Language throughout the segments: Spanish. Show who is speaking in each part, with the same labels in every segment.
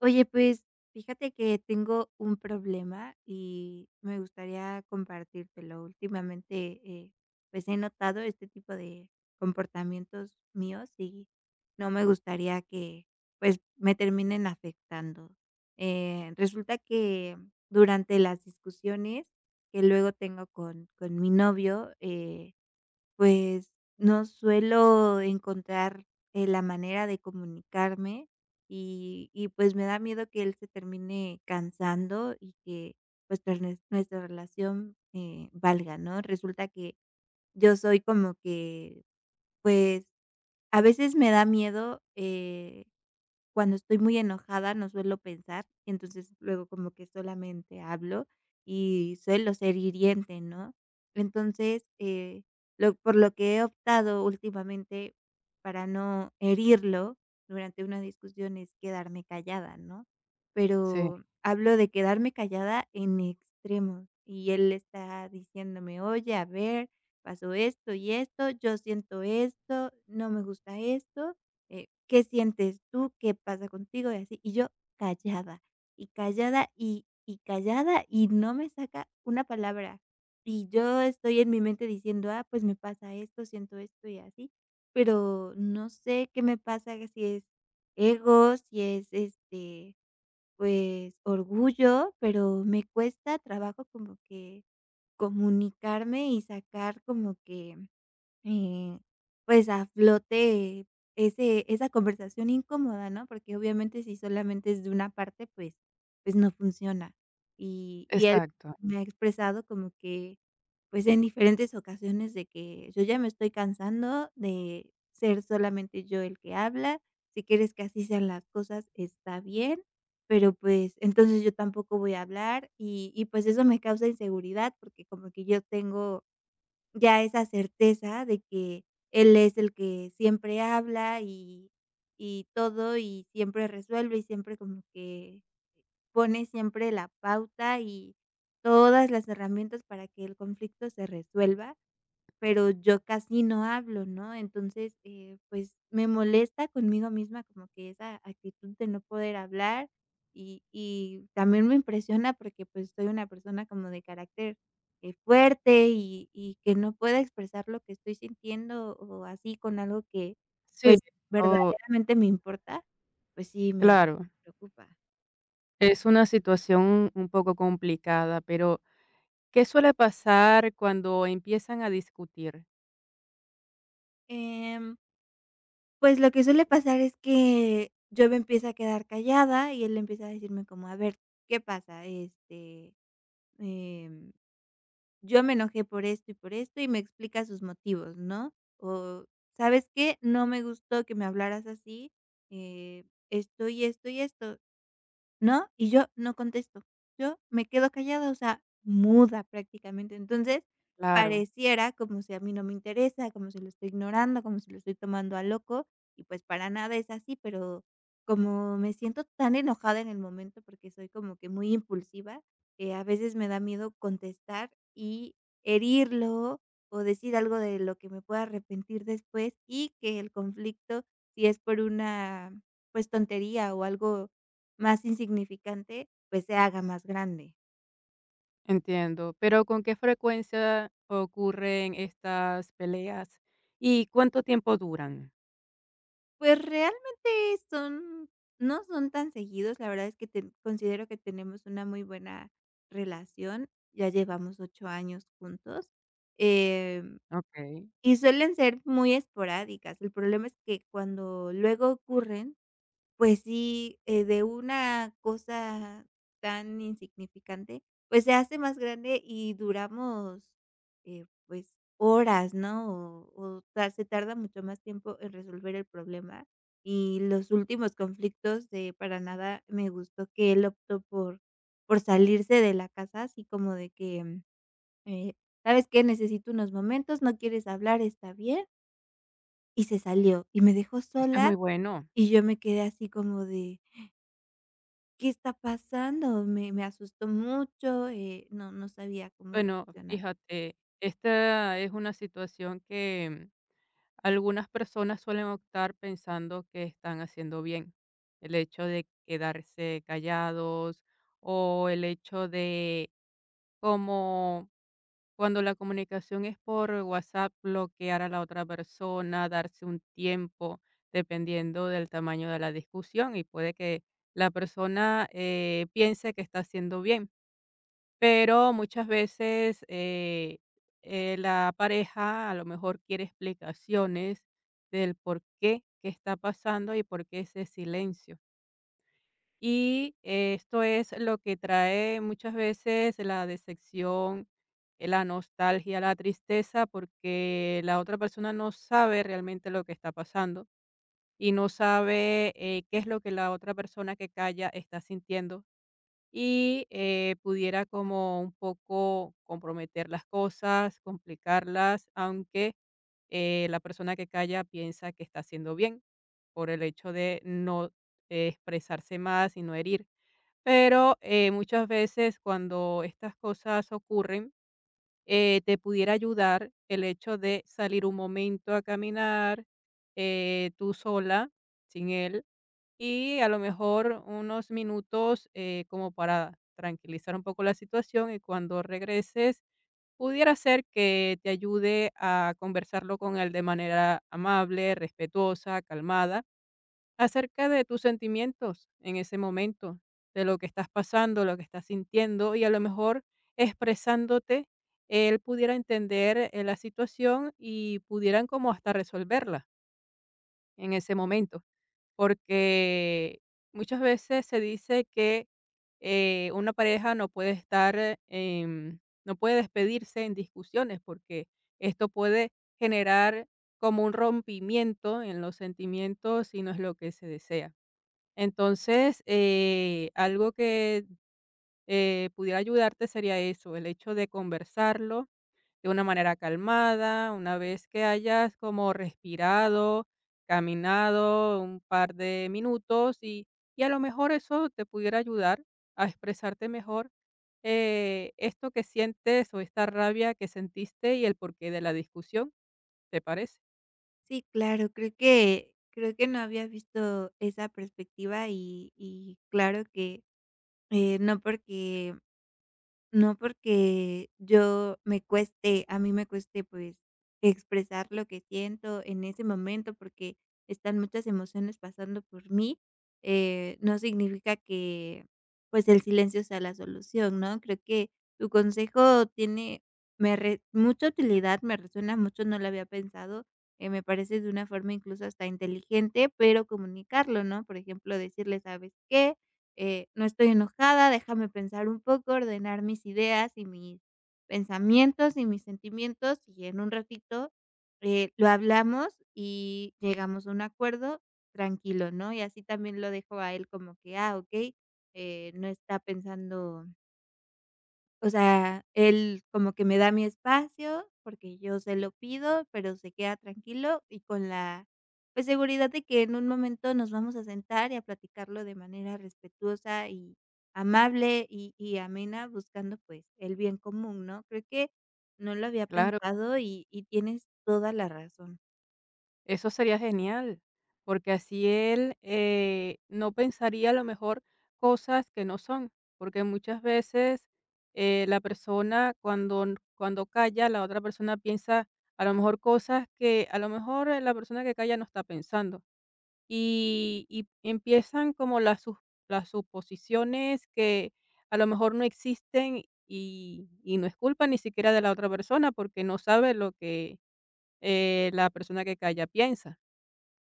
Speaker 1: Oye, pues fíjate que tengo un problema y me gustaría compartírtelo. Últimamente, pues he notado este tipo de comportamientos míos y no me gustaría que pues me terminen afectando. Resulta que durante las discusiones que luego tengo con mi novio, pues, no suelo encontrar, la manera de comunicarme y, pues, me da miedo que él se termine cansando y que, pues, pues, nuestra relación, valga, ¿no? Resulta que yo soy como que, pues, a veces me da miedo, cuando estoy muy enojada no suelo pensar, entonces luego como que solamente hablo y suelo ser hiriente, ¿no? Entonces, lo por lo que he optado últimamente para no herirlo durante una discusión es quedarme callada, ¿no?
Speaker 2: Sí,
Speaker 1: Pero hablo de quedarme callada en extremos y él está diciéndome: "Oye, a ver, pasó esto y esto, yo siento esto, no me gusta esto. ¿Qué sientes tú? ¿Qué pasa contigo?" Y así. Y yo callada, y callada, y callada, y no me saca una palabra. Y yo estoy en mi mente diciendo: "Ah, pues me pasa esto, siento esto y así", pero no sé qué me pasa, que si es ego, si es, este, pues, orgullo, pero me cuesta trabajo como que comunicarme y sacar como que eh, pues, a flote ese esa conversación incómoda, ¿no? Porque obviamente si solamente es de una parte, pues pues no funciona. Y él
Speaker 2: exacto.
Speaker 1: me ha expresado como que, pues, en diferentes ocasiones de que: "Yo ya me estoy cansando de ser solamente yo el que habla, si quieres que así sean las cosas, está bien, pero, pues, entonces yo tampoco voy a hablar". Y, pues, eso me causa inseguridad porque como que yo tengo ya esa certeza de que él es el que siempre habla y todo, y siempre resuelve, y siempre como que pone siempre la pauta y todas las herramientas para que el conflicto se resuelva. Pero yo casi no hablo, ¿no? Entonces, pues, me molesta conmigo misma como que esa actitud de no poder hablar y también me impresiona porque, pues, soy una persona como de carácter, fuerte y que no pueda expresar lo que estoy sintiendo o así con algo que,
Speaker 2: Sí,
Speaker 1: pues,
Speaker 2: oh,
Speaker 1: verdaderamente me importa, pues sí, me
Speaker 2: claro,
Speaker 1: preocupa.
Speaker 2: es una situación un poco complicada, pero ¿qué suele pasar cuando empiezan a discutir?
Speaker 1: Em Pues, lo que suele pasar es que yo me empiezo a quedar callada y él empieza a decirme como: "A ver, ¿qué pasa? Este, em, yo me enojé por esto", y me explica sus motivos, ¿no? O: "¿Sabes qué? No me gustó que me hablaras así, eh, esto y esto y esto". ¿No? Y yo no contesto. Yo me quedo callada, o sea, muda prácticamente. Entonces,
Speaker 2: Claro,
Speaker 1: pareciera como si a mí no me interesa, como si lo estoy ignorando, como si lo estoy tomando a loco, y pues para nada es así, pero como me siento tan enojada en el momento porque soy como que muy impulsiva, a veces me da miedo contestar y herirlo o decir algo de lo que me pueda arrepentir después y que el conflicto, si es por una, pues, tontería o algo más insignificante, pues, se haga más grande.
Speaker 2: entiendo, pero ¿con qué frecuencia ocurren estas peleas y cuánto tiempo duran?
Speaker 1: Pues, realmente son no son tan seguidos, la verdad es que ten considero que tenemos una muy buena relación, ya llevamos 8 años juntos, em,
Speaker 2: Okey,
Speaker 1: y suelen ser muy esporádicas. El problema es que cuando luego ocurren, pues sí, de una cosa tan insignificante, pues se hace más grande y duramos, pues, horas, ¿no? O sea, se tarda mucho más tiempo en resolver el problema. Y los últimos conflictos de para nada me gustó que él optó por salirse de la casa, así como de que, eh, ¿sabes qué? Necesito unos momentos, no quieres hablar, está bien, y se salió, y me dejó
Speaker 2: eso es
Speaker 1: sola,
Speaker 2: muy bueno.
Speaker 1: y yo me quedé así como de ¿qué está pasando? Me asustó mucho, no sabía cómo
Speaker 2: Bueno,
Speaker 1: reaccionar.
Speaker 2: fíjate, esta es una situación que algunas personas suelen optar pensando que están haciendo bien. El hecho de quedarse callados o el hecho de, como cuando la comunicación es por WhatsApp, bloquear a la otra persona, darse un tiempo, dependiendo del tamaño de la discusión, y puede que la persona piense que está haciendo bien, pero muchas veces, la pareja a lo mejor quiere explicaciones del por qué, qué está pasando y por qué ese silencio. Y esto es lo que trae muchas veces la decepción, la nostalgia, la tristeza, porque la otra persona no sabe realmente lo que está pasando y no sabe qué es lo que la otra persona que calla está sintiendo, y pudiera como un poco comprometer las cosas, complicarlas, aunque la persona que calla piensa que está haciendo bien por el hecho de no expresarse más y no herir. Pero muchas veces cuando estas cosas ocurren, te pudiera ayudar el hecho de salir un momento a caminar, tú sola, sin él, y a lo mejor unos minutos, como para tranquilizar un poco la situación, y cuando regreses pudiera ser que te ayude a conversarlo con él de manera amable, respetuosa, calmada, acerca de tus sentimientos en ese momento, de lo que estás pasando, lo que estás sintiendo, y a lo mejor expresándote, él pudiera entender la situación y pudieran como hasta resolverla en ese momento. Porque muchas veces se dice que una pareja no puede estar, no puede despedirse en discusiones, porque esto puede generar como un rompimiento en los sentimientos y no es lo que se desea. Entonces, algo que pudiera ayudarte sería eso, el hecho de conversarlo de una manera calmada, una vez que hayas como respirado, caminado un par de minutos, y a lo mejor eso te pudiera ayudar a expresarte mejor esto que sientes o esta rabia que sentiste y el porqué de la discusión, ¿te parece?
Speaker 1: Sí, claro, creo que no había visto esa perspectiva y claro que, no porque yo me cueste, a mí me cueste, pues, expresar lo que siento en ese momento, porque están muchas emociones pasando por mí, no significa que, pues, el silencio sea la solución, ¿no? Creo que tu consejo tiene me re mucha utilidad, me resuena mucho, no lo había pensado, me parece de una forma incluso hasta inteligente, pero comunicarlo, ¿no? Por ejemplo, decirle: "¿Sabes qué? No estoy enojada, déjame pensar un poco, ordenar mis ideas y mis pensamientos y mis sentimientos y en un ratito lo hablamos y llegamos a un acuerdo tranquilo, ¿no?" Y así también lo dejo a él como que, ah, ok, no está pensando, o sea, él como que me da mi espacio, porque yo se lo pido, pero se queda tranquilo y con la, pues, seguridad de que en un momento nos vamos a sentar y a platicarlo de manera respetuosa amable y amena, buscando, pues, el bien común, ¿no? Creo que no lo había
Speaker 2: Claro.
Speaker 1: pensado y tienes toda la razón.
Speaker 2: Eso sería genial, porque así él no pensaría a lo mejor cosas que no son, porque muchas veces, la persona cuando calla, la otra persona piensa a lo mejor cosas que a lo mejor la persona que calla no está pensando, y empiezan como las sus las suposiciones que a lo mejor no existen, y no es culpa ni siquiera de la otra persona porque no sabe lo que la persona que calla piensa.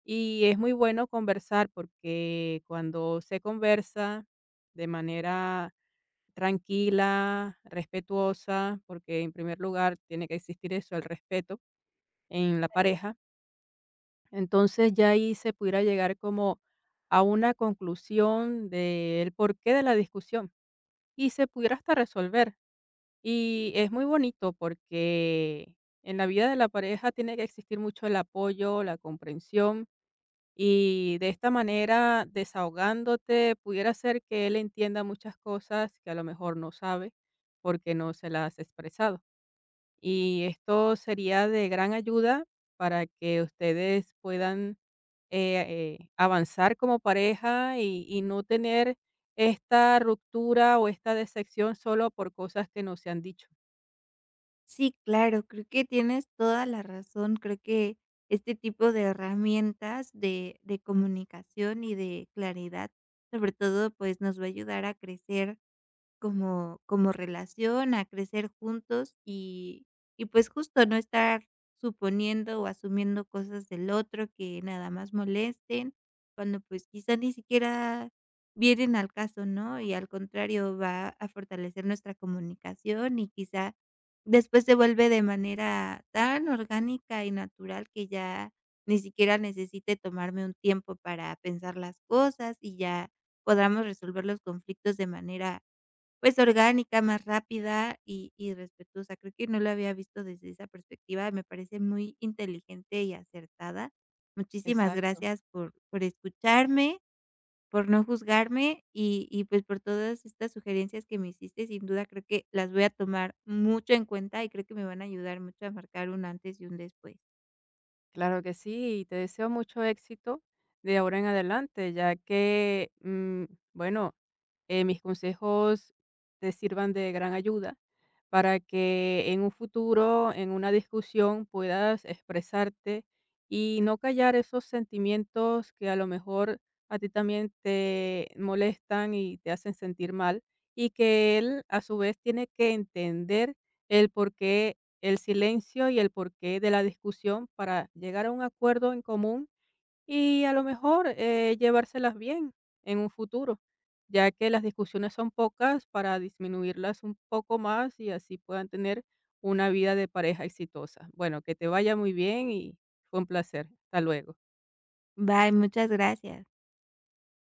Speaker 2: Y es muy bueno conversar, porque cuando se conversa de manera tranquila, respetuosa, porque en primer lugar tiene que existir eso, el respeto en la pareja, entonces ya ahí se pudiera llegar como a una conclusión del porqué de la discusión, y se pudiera hasta resolver. Y es muy bonito porque en la vida de la pareja tiene que existir mucho el apoyo, la comprensión. Y de esta manera, desahogándote, pudiera ser que él entienda muchas cosas que a lo mejor no sabe porque no se las has expresado. Y esto sería de gran ayuda para que ustedes puedan eh, avanzar como pareja y no tener esta ruptura o esta decepción solo por cosas que no se han dicho.
Speaker 1: Sí, claro, creo que tienes toda la razón. Creo que este tipo de herramientas de comunicación y de claridad, sobre todo, pues, nos va a ayudar a crecer como relación, a crecer juntos y pues justo no estar suponiendo o asumiendo cosas del otro que nada más molesten, cuando pues quizá ni siquiera vienen al caso, ¿no? Y al contrario, va a fortalecer nuestra comunicación y quizá después se vuelve de manera tan orgánica y natural que ya ni siquiera necesite tomarme un tiempo para pensar las cosas y ya podamos resolver los conflictos de manera, pues, orgánica, más rápida y respetuosa. Creo que no lo había visto desde esa perspectiva, me parece muy inteligente y acertada. Muchísimas
Speaker 2: Exacto,
Speaker 1: gracias por escucharme, por no juzgarme y, pues, por todas estas sugerencias que me hiciste. Sin duda, creo que las voy a tomar mucho en cuenta y creo que me van a ayudar mucho a marcar un antes y un después.
Speaker 2: claro que sí, y te deseo mucho éxito de ahora en adelante, ya que, bueno, mis consejos te sirvan de gran ayuda para que en un futuro, en una discusión, puedas expresarte y no callar esos sentimientos que a lo mejor a ti también te molestan y te hacen sentir mal, y que él a su vez tiene que entender el porqué, el silencio y el porqué de la discusión, para llegar a un acuerdo en común y a lo mejor, llevárselas bien en un futuro, ya que las discusiones son pocas, para disminuirlas un poco más y así puedan tener una vida de pareja exitosa. Bueno, que te vaya muy bien y fue un placer. Hasta luego.
Speaker 1: Bye, muchas gracias.